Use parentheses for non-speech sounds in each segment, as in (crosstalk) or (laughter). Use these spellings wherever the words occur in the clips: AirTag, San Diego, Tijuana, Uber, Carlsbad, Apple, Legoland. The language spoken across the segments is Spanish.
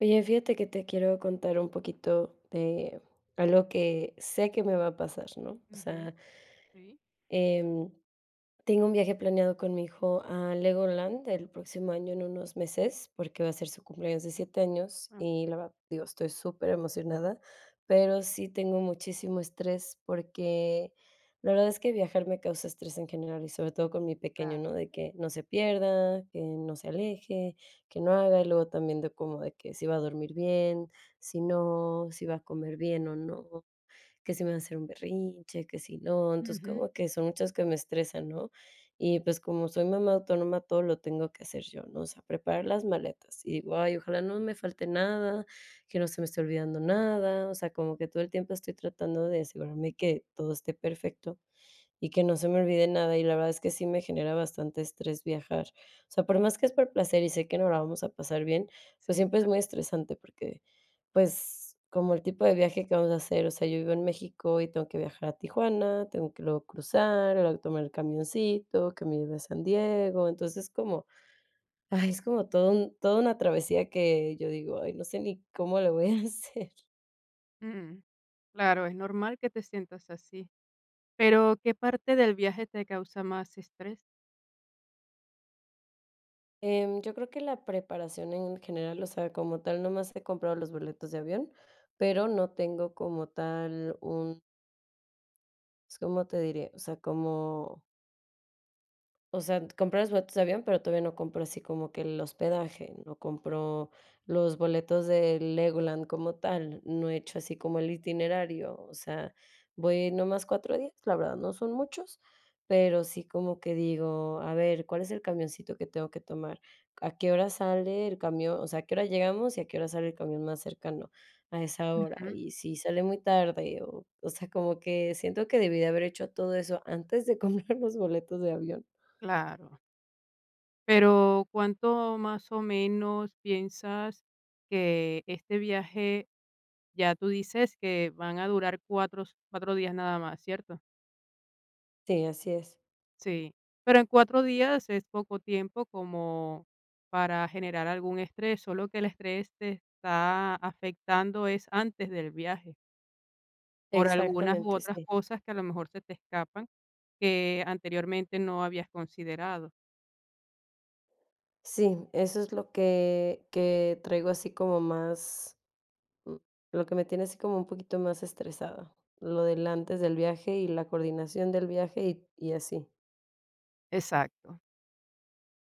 Oye, fíjate que te quiero contar un poquito de algo que sé que me va a pasar, ¿no? O Ujú, sea, sí. em, tengo un viaje planeado con mi hijo a Legoland el próximo año en unos meses, porque va a ser su cumpleaños de 7 años Ah, y la verdad, digo, estoy súper emocionada, pero sí tengo muchísimo estrés porque la verdad es que viajar me causa estrés en general y sobre todo con mi pequeño, ¿no? claro. De que no se pierda, que no se aleje, que no haga y luego también de como de que si va a dormir bien, si no, si va a comer bien o no, que si me va a hacer un berrinche, que si no, entonces Ujú, como que son muchas que me estresan, ¿no? Y pues como soy mamá autónoma, todo lo tengo que hacer yo, ¿no? O sea, preparar las maletas y digo, ay, ojalá no me falte nada, que no se me esté olvidando nada, o sea, como que todo el tiempo estoy tratando de asegurarme que todo esté perfecto y que no se me olvide nada, y la verdad es que sí me genera bastante estrés viajar. O sea, por más que es por placer y sé que nos la vamos a pasar bien, pues sí, siempre es muy claro. estresante porque, pues, como el tipo de viaje que vamos a hacer, o sea, yo vivo en México y tengo que viajar a Tijuana, tengo que luego cruzar, luego tomar el camioncito que me lleve a San Diego. Entonces, como, ay, es como todo un toda una travesía que yo digo: "Ay, no sé ni cómo le voy a (laughs) hacer". Mm, claro, es normal que te sientas así. Pero, ¿qué parte del viaje te causa más estrés? Yo creo que la preparación en general, o sea, como tal, nomás he comprado los boletos de avión, pero no tengo como tal un, pues, ¿cómo te diré? O sea, como o sea, compré los boletos de avión, pero todavía no compro así como que el hospedaje, no compro los boletos de Legoland como tal, no he hecho así como el itinerario, o sea, voy nomás 4 días, la verdad no son muchos, pero sí como que digo, a ver, ¿cuál es el camioncito que tengo que tomar? ¿A qué hora sale el camión? O sea, ¿a qué hora llegamos y a qué hora sale el camión más cercano a esa hora? Ujú, Y si sale muy tarde, o sea, como que siento que debí de haber hecho todo eso antes de comprar (laughs) los boletos de avión. claro. Pero, ¿cuánto más o menos piensas que este viaje, ya tú dices que van a durar cuatro días nada más, ¿cierto? Sí, así es. Sí, pero en 4 días es poco tiempo como para generar algún estrés, solo que el estrés te está afectando es antes del viaje, por algunas u Exactamente, otras sí. cosas que a lo mejor se te escapan, que anteriormente no habías considerado. Sí, eso es lo que traigo así como más, mm, lo que me tiene así como un poquito más estresada, lo del antes del viaje y la coordinación del viaje y así. Exacto.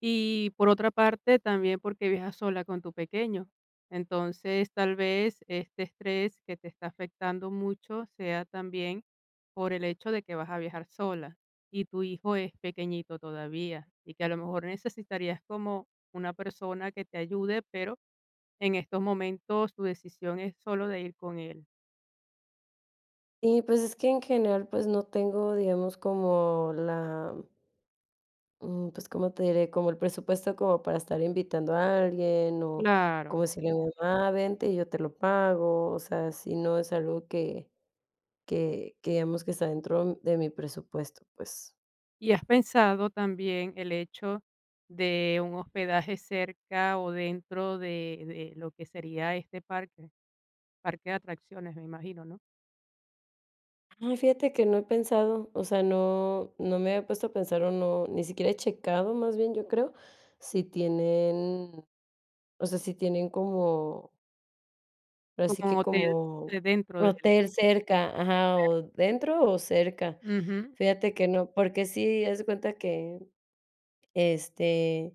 Y por otra parte, también porque viajas sola con tu pequeño. Entonces, tal vez este estrés que te está afectando mucho sea también por el hecho de que vas a viajar sola y tu hijo es pequeñito todavía y que a lo mejor necesitarías como una persona que te ayude, pero en estos momentos tu decisión es solo de ir con él. Y, pues, es que en general, pues, no tengo, digamos, como la, pues, ¿cómo te diré? Como el presupuesto como para estar invitando a alguien o como Claro. decirle a mi mamá: "Ah, Vente y yo te lo pago", o sea, si no es algo que que digamos que está dentro de mi presupuesto, pues. ¿Y has pensado también el hecho de un hospedaje cerca o dentro de lo que sería este parque? Parque de atracciones, me imagino, ¿no? Ah, fíjate que no he pensado, o sea, no me he puesto a pensar o no, ni siquiera he checado, más bien, yo creo, si tienen, o sea, si tienen como, así Como un que hotel como de dentro del… hotel cerca, ajá, o dentro o cerca. Ujú, Fíjate que no, porque sí, haz de cuenta que, este,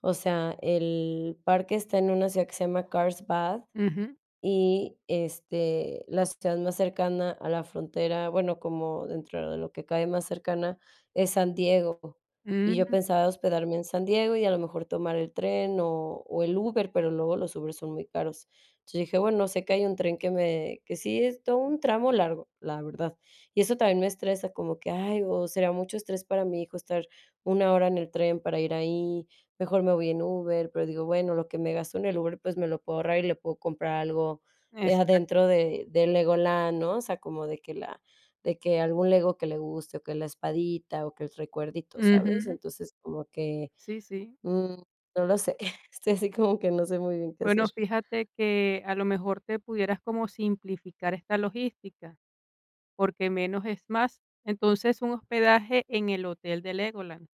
o sea, el parque está en una ciudad que se llama Carlsbad. ujú, Y, este, la ciudad más cercana a la frontera, bueno, como dentro de lo que cae más cercana, es San Diego. Y mm, yo pensaba hospedarme en San Diego y a lo mejor tomar el tren o el Uber, pero luego los Ubers son muy caros. Entonces dije: "Bueno, sé que hay un tren que sí es todo un tramo largo", la verdad. Y eso también me estresa, como que: "Ay, o será mucho estrés para mi hijo estar 1 hora en el tren para ir ahí". Mejor me voy en Uber, pero digo, bueno, lo que me gasto en el Uber, pues, me lo puedo ahorrar y le puedo comprar algo, exacto, adentro de Legoland, ¿no? O sea, como de que la de que algún Lego que le guste, o que la espadita, o que el recuerdito, ¿sabes? ujú, Entonces, como que, sí, sí. mm, no lo sé, (laughs) estoy así como que no sé muy bien qué Bueno, hacer. fíjate que a lo mejor te pudieras como simplificar esta logística, porque menos es más. Entonces, un hospedaje en el hotel de Legoland,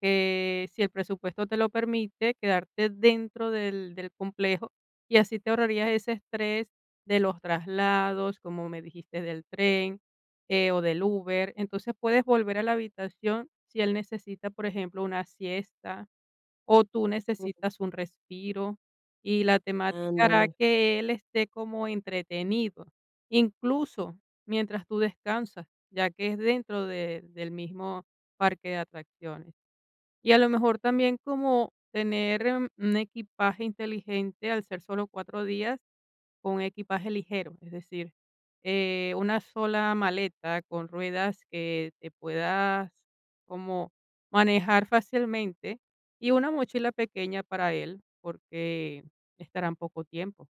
que si el presupuesto te lo permite, quedarte dentro del complejo, y así te ahorrarías ese estrés de los traslados, como me dijiste, del tren, o del Uber. Entonces, puedes volver a la habitación si él necesita, por ejemplo, una siesta, o tú Ujú. necesitas un respiro, y la temática Ándale, hará que él esté como entretenido, incluso mientras tú descansas, ya que es dentro de del mismo parque de atracciones. Y a lo mejor también como tener, un equipaje inteligente al ser solo 4 días con equipaje ligero, es decir, una sola maleta con ruedas que te puedas como manejar fácilmente y una mochila pequeña para él, porque estarán poco tiempo.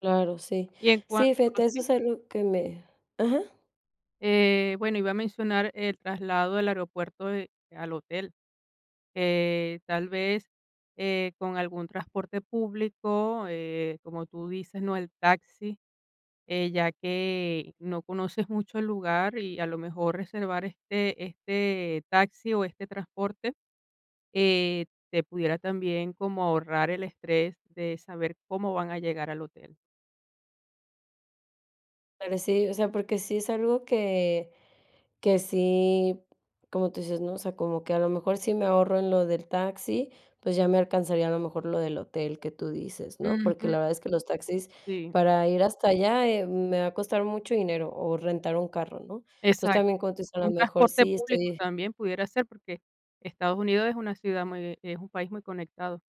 claro, sí. Y en cuanto Sí, fíjate, eso sí, es algo que me ajá. Bueno, iba a mencionar el traslado del aeropuerto, al hotel. Tal vez con algún transporte público, como tú dices, no el taxi, ya que no conoces mucho el lugar y a lo mejor reservar este taxi o este transporte eh, te pudiera también como ahorrar el estrés de saber cómo van a llegar al hotel. Pero sí, o sea, porque sí es algo que sí, como tú dices, ¿no? O sea, como que a lo mejor si me ahorro en lo del taxi, pues ya me alcanzaría a lo mejor lo del hotel que tú dices, ¿no? Porque Ujú. la verdad es que los taxis Sí, para ir hasta allá, me va a costar mucho dinero o rentar un carro, ¿no? Entonces exacto. también, como tú dices, a lo Un mejor transporte sí público estoy también pudiera ser porque Estados Unidos es una ciudad muy, es un país muy conectado.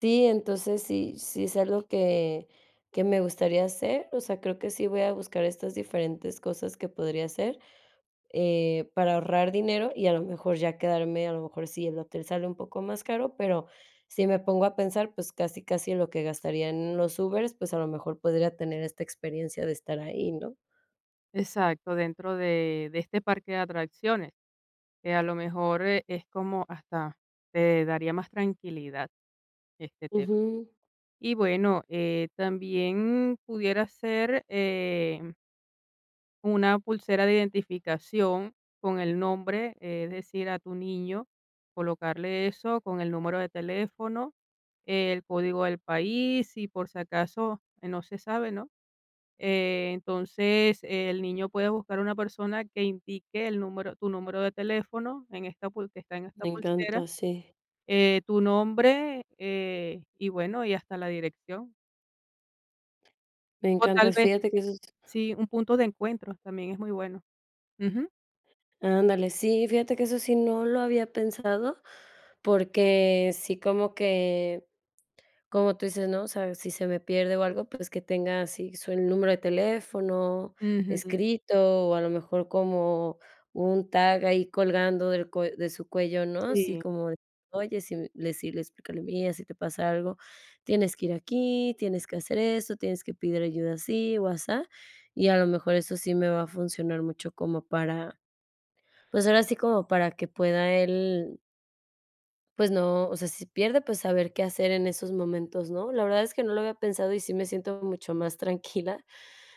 sí, entonces sí es algo que me gustaría hacer, o sea, creo que sí voy a buscar estas diferentes cosas que podría hacer, para ahorrar dinero y a lo mejor ya quedarme, a lo mejor sí, el hotel sale un poco más caro, pero si me pongo a pensar, pues casi, casi lo que gastaría en los Ubers, pues a lo mejor podría tener esta experiencia de estar ahí, ¿no? Exacto, dentro de este parque de atracciones, que a lo mejor, es como hasta te daría más tranquilidad este tema. Ujú, Y bueno, también pudiera ser, una pulsera de identificación con el nombre, es decir, a tu niño, colocarle eso con el número de teléfono, el código del país, y por si acaso, no se sabe, ¿no? Entonces, el niño puede buscar una persona que indique el número tu número de teléfono en esta pul que está en esta me encanta, pulsera, sí, tu nombre, y bueno, y hasta la dirección. me O tal encanta. vez, Fíjate que eso es sí, un punto de encuentro también es muy bueno. Ujú. ándale, sí, fíjate que eso sí no lo había pensado, porque sí como que como tú dices, ¿no? O sea, si se me pierde o algo, pues que tenga así su el número de teléfono Ujú. escrito, o a lo mejor como un tag ahí colgando del cue de su cuello, ¿no? Así Sí, como de: "Oye, si me", decirle, explicarle: "Mira, si te pasa algo, tienes que ir aquí, tienes que hacer esto, tienes que pedir ayuda así o asá". Y a lo mejor eso sí me va a funcionar mucho como para, pues, ahora sí como para que pueda él pues no, o sea, si pierde, pues saber qué hacer en esos momentos, ¿no? La verdad es que no lo había pensado y sí me siento mucho más tranquila,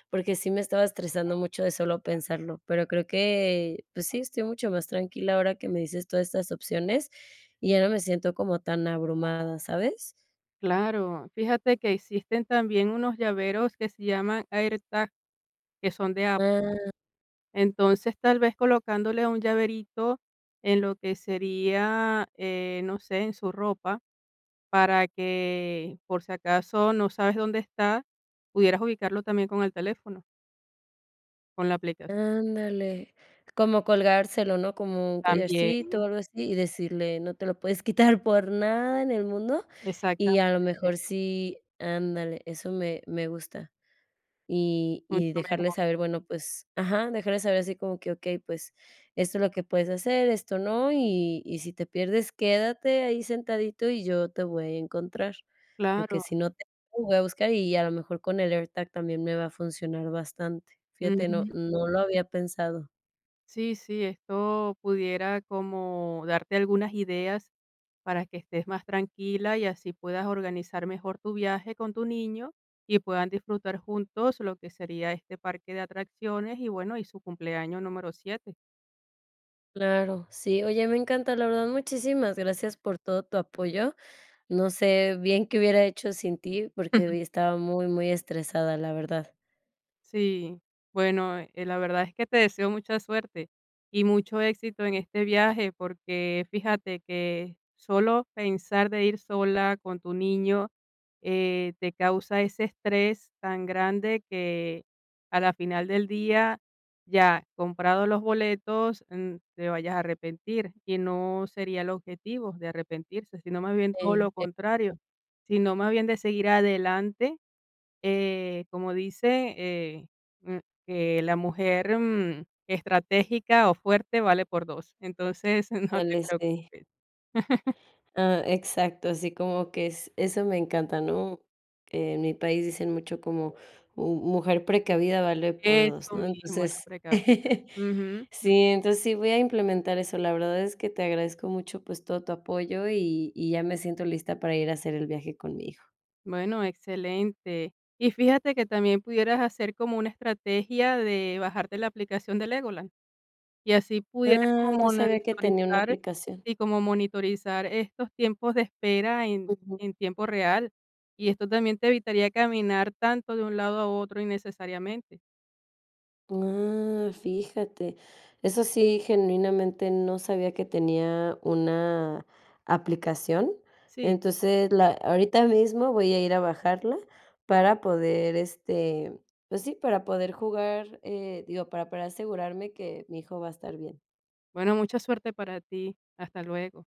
porque sí me estaba estresando mucho de solo pensarlo, pero creo que, pues sí, estoy mucho más tranquila ahora que me dices todas estas opciones y ya no me siento como tan abrumada, ¿sabes? claro. Fíjate que existen también unos llaveros que se llaman AirTag, que son de Apple. Ah, Entonces, tal vez colocándole un llaverito en lo que sería, no sé, en su ropa para que, por si acaso no sabes dónde está, pudieras ubicarlo también con el teléfono, con la aplicación ándale, como colgárselo, ¿no? Como un también. collarcito o algo así y decirle, no te lo puedes quitar por nada en el mundo Exactamente, y a lo mejor sí, ándale, eso me, me gusta. Y mucho dejarles mejor. saber, bueno, pues ajá, dejarles saber así como que: "Okey, pues esto es lo que puedes hacer, esto no, y si te pierdes, quédate ahí sentadito y yo te voy a encontrar, porque Claro, si no te voy a buscar", y a lo mejor con el AirTag también me va a funcionar bastante. Fíjate, no ujú. no lo había pensado. Sí, sí, esto pudiera como darte algunas ideas para que estés más tranquila y así puedas organizar mejor tu viaje con tu niño y puedan disfrutar juntos lo que sería este parque de atracciones y bueno, y su cumpleaños número 7. Claro, sí, oye, me encanta, la verdad, muchísimas gracias por todo tu apoyo. No sé bien qué hubiera hecho sin ti, porque vi (laughs) estaba muy, muy estresada, la verdad. Sí, bueno, la verdad es que te deseo mucha suerte y mucho éxito en este viaje, porque fíjate que solo pensar de ir sola con tu niño te causa ese estrés tan grande que a la final del día, ya comprado los boletos, te vayas a arrepentir y no sería el objetivo de arrepentirse, sino más bien todo Sí, lo contrario, sino más bien de seguir adelante como dice, mm, que la mujer, estratégica o fuerte vale por 2, entonces (laughs) no te Ándale, sí. preocupes. Ah, exacto, así como que es eso me encanta, ¿no? Que en mi país dicen mucho como: "Mu mujer precavida vale por 2, Eso ¿no? mismo, la Entonces, precavida. (laughs) Ujú, mm, sí, entonces sí voy a implementar eso. La verdad es que te agradezco mucho, pues, todo tu apoyo y ya me siento lista para ir a hacer el viaje con mi hijo. bueno, excelente. Y fíjate que también pudieras hacer como una estrategia de bajarte la aplicación de Legoland. Y así pudieras Ah, no como sabía que tenía una monitorizar aplicación. y como monitorizar estos tiempos de espera en Ujú. en tiempo real, y esto también te evitaría caminar tanto de un lado a otro innecesariamente. Ah, fíjate. Eso sí, genuinamente no sabía que tenía una aplicación. Sí, Entonces, la ahorita mismo voy a ir a bajarla para poder, este, pues sí, para poder jugar, digo, para asegurarme que mi hijo va a estar bien. bueno, mucha suerte para ti. Hasta luego.